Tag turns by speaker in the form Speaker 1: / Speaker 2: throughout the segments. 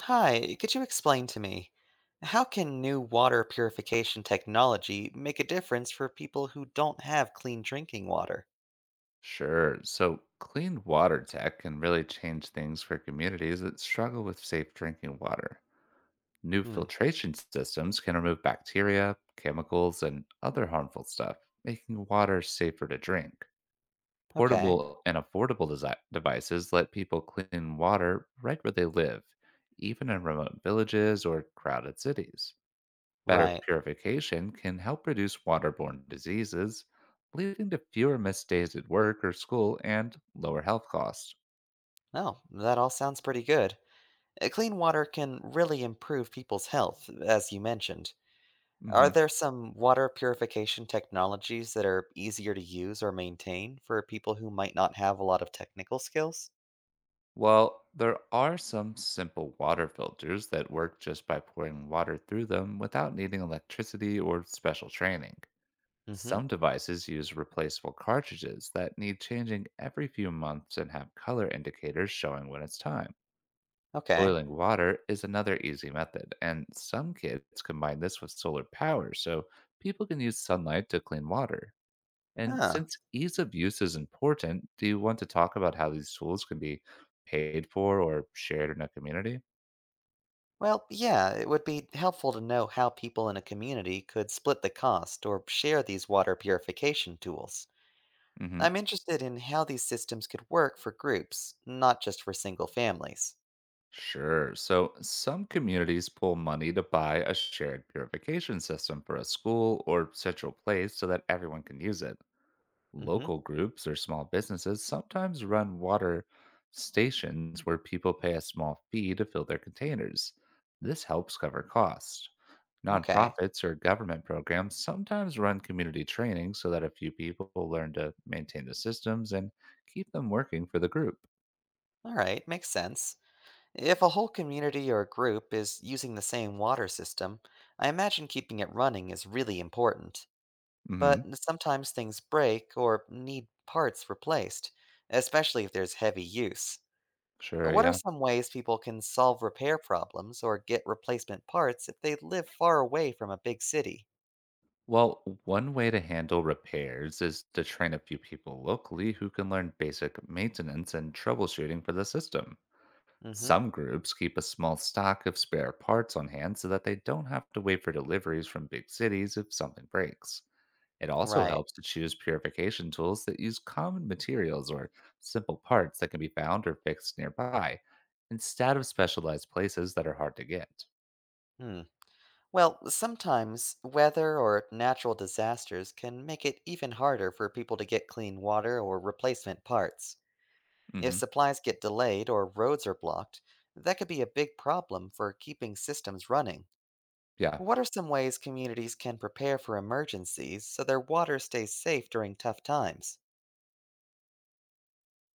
Speaker 1: Hi, could you explain to me how can new water purification technology make a difference for people who don't have clean drinking water?
Speaker 2: Sure. So, clean water tech can really change things for communities that struggle with safe drinking water. New
Speaker 1: Hmm,
Speaker 2: filtration systems can remove bacteria, chemicals, and other harmful stuff, making water safer to drink.
Speaker 1: okay,
Speaker 2: Portable and affordable devices let people clean water right where they live, even in remote villages or crowded cities. Better
Speaker 1: right.
Speaker 2: purification can help reduce waterborne diseases, leading to fewer missed days at work or school and lower health costs.
Speaker 1: No, that all sounds pretty good. Clean water can really improve people's health, as you mentioned. Are
Speaker 2: Hmm.
Speaker 1: there some water purification technologies that are easier to use or maintain for people who might not have a lot of technical skills?
Speaker 2: Well, there are some simple water filters that work just by pouring water through them without needing electricity or special training.
Speaker 1: Mm hmm,
Speaker 2: Some devices use replaceable cartridges that need changing every few months and have color indicators showing when it's time.
Speaker 1: okay.
Speaker 2: Boiling water is another easy method, and some kits combine this with solar power so people can use sunlight to clean water. And
Speaker 1: Huh.
Speaker 2: since ease of use is important, do you want to talk about how these tools can be paid for or shared in a community?
Speaker 1: Well, yeah, it would be helpful to know how people in a community could split the cost or share these water purification tools.
Speaker 2: Hmm.
Speaker 1: I'm interested in how these systems could work for groups, not just for single families.
Speaker 2: Sure. So some communities pull money to buy a shared purification system for a school or central place so that everyone can use it.
Speaker 1: Hmm.
Speaker 2: Local groups or small businesses sometimes run water stations where people pay a small fee to fill their containers. This helps cover costs.
Speaker 1: Okay.
Speaker 2: Nonprofits or government programs sometimes run community training so that a few people learn to maintain the systems and keep them working for the group.
Speaker 1: All right, makes sense. If a whole community or group is using the same water system, I imagine keeping it running is really important.
Speaker 2: Hmm.
Speaker 1: But sometimes things break or need parts replaced, especially if there's heavy use.
Speaker 2: Sure,
Speaker 1: What are
Speaker 2: yeah.
Speaker 1: some ways people can solve repair problems or get replacement parts if they live far away from a big city?
Speaker 2: Well, one way to handle repairs is to train a few people locally who can learn basic maintenance and troubleshooting for the system.
Speaker 1: Hmm.
Speaker 2: Some groups keep a small stock of spare parts on hand so that they don't have to wait for deliveries from big cities if something breaks. It also
Speaker 1: Right.
Speaker 2: helps to choose purification tools that use common materials or simple parts that can be found or fixed nearby instead of specialized places that are hard to get.
Speaker 1: Hmm. Well, sometimes weather or natural disasters can make it even harder for people to get clean water or replacement parts. If
Speaker 2: Hmm.
Speaker 1: supplies get delayed or roads are blocked, that could be a big problem for keeping systems running.
Speaker 2: Yeah.
Speaker 1: What are some ways communities can prepare for emergencies so their water stays safe during tough times?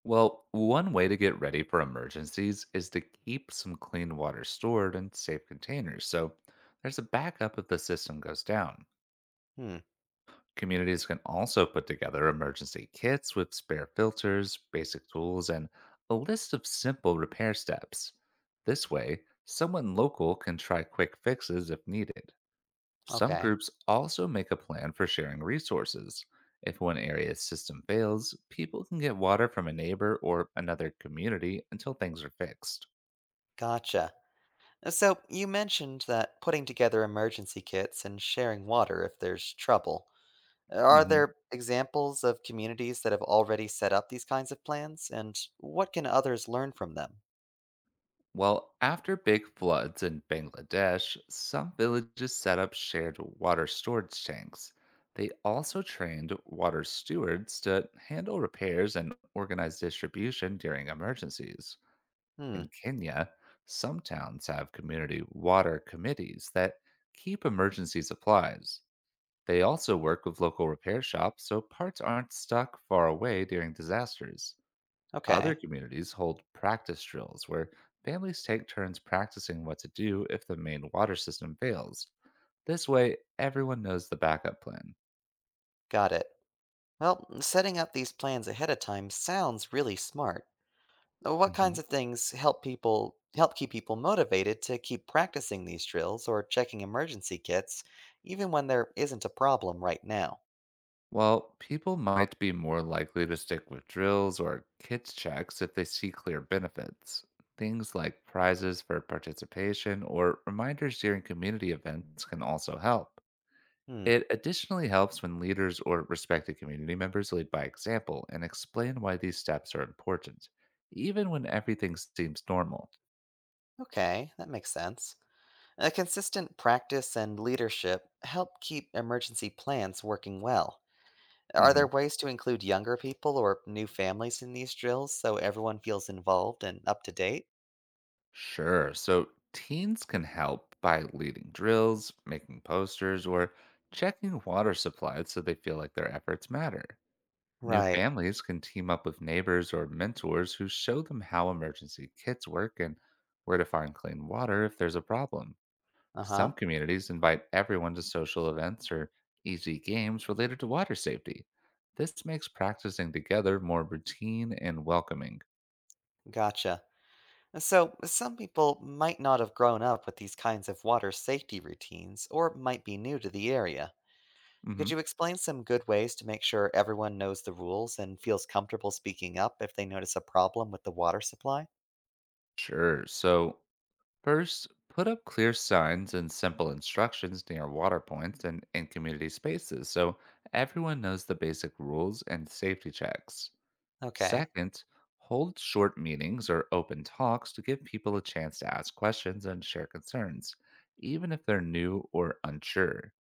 Speaker 2: Well, one way to get ready for emergencies is to keep some clean water stored in safe containers so there's a backup if the system goes down.
Speaker 1: Hmm,
Speaker 2: Communities can also put together emergency kits with spare filters, basic tools, and a list of simple repair steps. This way, someone local can try quick fixes if needed. Some
Speaker 1: okay.
Speaker 2: groups also make a plan for sharing resources. If one area's system fails, people can get water from a neighbor or another community until things are fixed.
Speaker 1: Gotcha. So, you mentioned that putting together emergency kits and sharing water if there's trouble. Are
Speaker 2: Mhm.
Speaker 1: there examples of communities that have already set up these kinds of plans, and what can others learn from them?
Speaker 2: Well, after big floods in Bangladesh, some villages set up shared water storage tanks. They also trained water stewards to handle repairs and organize distribution during emergencies.
Speaker 1: Hmm,
Speaker 2: In Kenya, some towns have community water committees that keep emergency supplies. They also work with local repair shops so parts aren't stuck far away during disasters. Other
Speaker 1: okay,
Speaker 2: communities hold practice drills where families take turns practicing what to do if the main water system fails. This way, everyone knows the backup plan.
Speaker 1: got it. Well, setting up these plans ahead of time sounds really smart. What
Speaker 2: Hmm.
Speaker 1: kinds of things help people help keep people motivated to keep practicing these drills or checking emergency kits even when there isn't a problem right now?
Speaker 2: While people might be more likely to stick with drills or kids checks if they see clear benefits, things like prizes for participation or reminders during community events can also help.
Speaker 1: Hmm.
Speaker 2: It additionally helps when leaders or respected community members lead by example and explain why these steps are important, even when everything seems normal.
Speaker 1: Okay, that makes sense. A consistent practice and leadership help keep emergency plans working well. Are
Speaker 2: Hmm.
Speaker 1: there ways to include younger people or new families in these drills so everyone feels involved and up to date?
Speaker 2: Sure, so teens can help by leading drills, making posters, or checking water supplies so they feel like their efforts matter. New
Speaker 1: Right.
Speaker 2: families can team up with neighbors or mentors who show them how emergency kits work and where to find clean water if there's a problem.
Speaker 1: Uh huh.
Speaker 2: Some communities invite everyone to social events or easy games related to water safety. This makes practicing together more routine and welcoming.
Speaker 1: Gotcha. So, some people might not have grown up with these kinds of water safety routines or might be new to the area. Could
Speaker 2: Hmm.
Speaker 1: you explain some good ways to make sure everyone knows the rules and feels comfortable speaking up if they notice a problem with the water supply?
Speaker 2: Sure. So, first, put up clear signs and simple instructions near water points and in community spaces so everyone knows the basic rules and safety checks.
Speaker 1: Okay.
Speaker 2: Second, hold short meetings or open talks to give people a chance to ask questions and share concerns, even if they're new or unsure.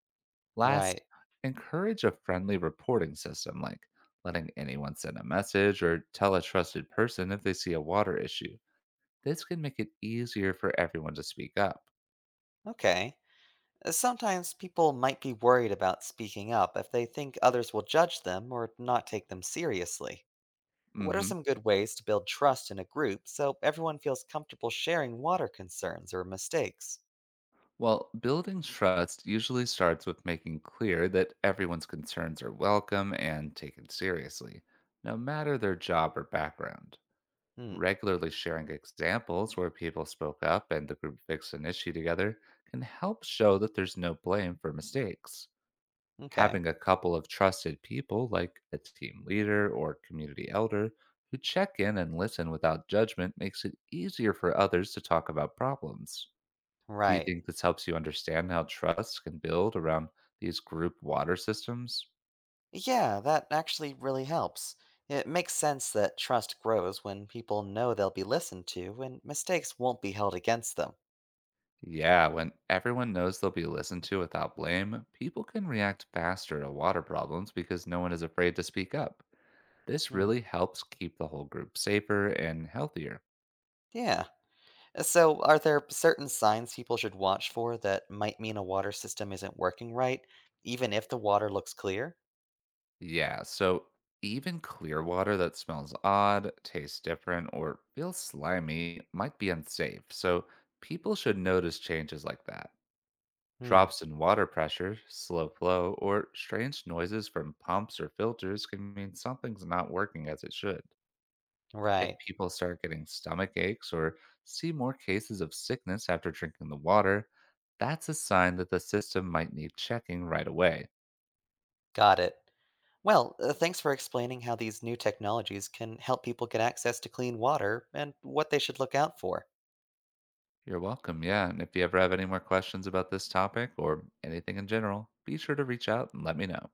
Speaker 1: Right.
Speaker 2: Last, encourage a friendly reporting system like letting anyone send a message or tell a trusted person if they see a water issue. This can make it easier for everyone to speak up.
Speaker 1: Okay. Sometimes people might be worried about speaking up if they think others will judge them or not take them seriously. What are
Speaker 2: Mhm.
Speaker 1: some good ways to build trust in a group so everyone feels comfortable sharing water concerns or mistakes?
Speaker 2: Well, building trust usually starts with making clear that everyone's concerns are welcome and taken seriously, no matter their job or background.
Speaker 1: Hmm.
Speaker 2: Regularly sharing examples where people spoke up and the group fixed an issue together can help show that there's no blame for mistakes.
Speaker 1: Okay.
Speaker 2: Having a couple of trusted people, like a team leader or community elder, who check in and listen without judgment makes it easier for others to talk about problems. Do you
Speaker 1: Right.
Speaker 2: think this helps you understand how trust can build around these group water systems?
Speaker 1: Yeah, that actually really helps. It makes sense that trust grows when people know they'll be listened to and mistakes won't be held against them.
Speaker 2: Yeah, when everyone knows they'll be listened to without blame, people can react faster to water problems because no one is afraid to speak up. This
Speaker 1: Hmm.
Speaker 2: really helps keep the whole group safer and healthier.
Speaker 1: Yeah. So, are there certain signs people should watch for that might mean a water system isn't working right, even if the water looks clear?
Speaker 2: Yeah, so even clear water that smells odd, tastes different, or feels slimy might be unsafe, so people should notice changes like that.
Speaker 1: Hmm,
Speaker 2: Drops in water pressure, slow flow, or strange noises from pumps or filters can mean something's not working as it should. If
Speaker 1: right.
Speaker 2: people start getting stomach aches or see more cases of sickness after drinking the water, that's a sign that the system might need checking right away.
Speaker 1: Got it. Well, thanks for explaining how these new technologies can help people get access to clean water and what they should look out for.
Speaker 2: You're welcome, yeah. And if you ever have any more questions about this topic or anything in general, be sure to reach out and let me know.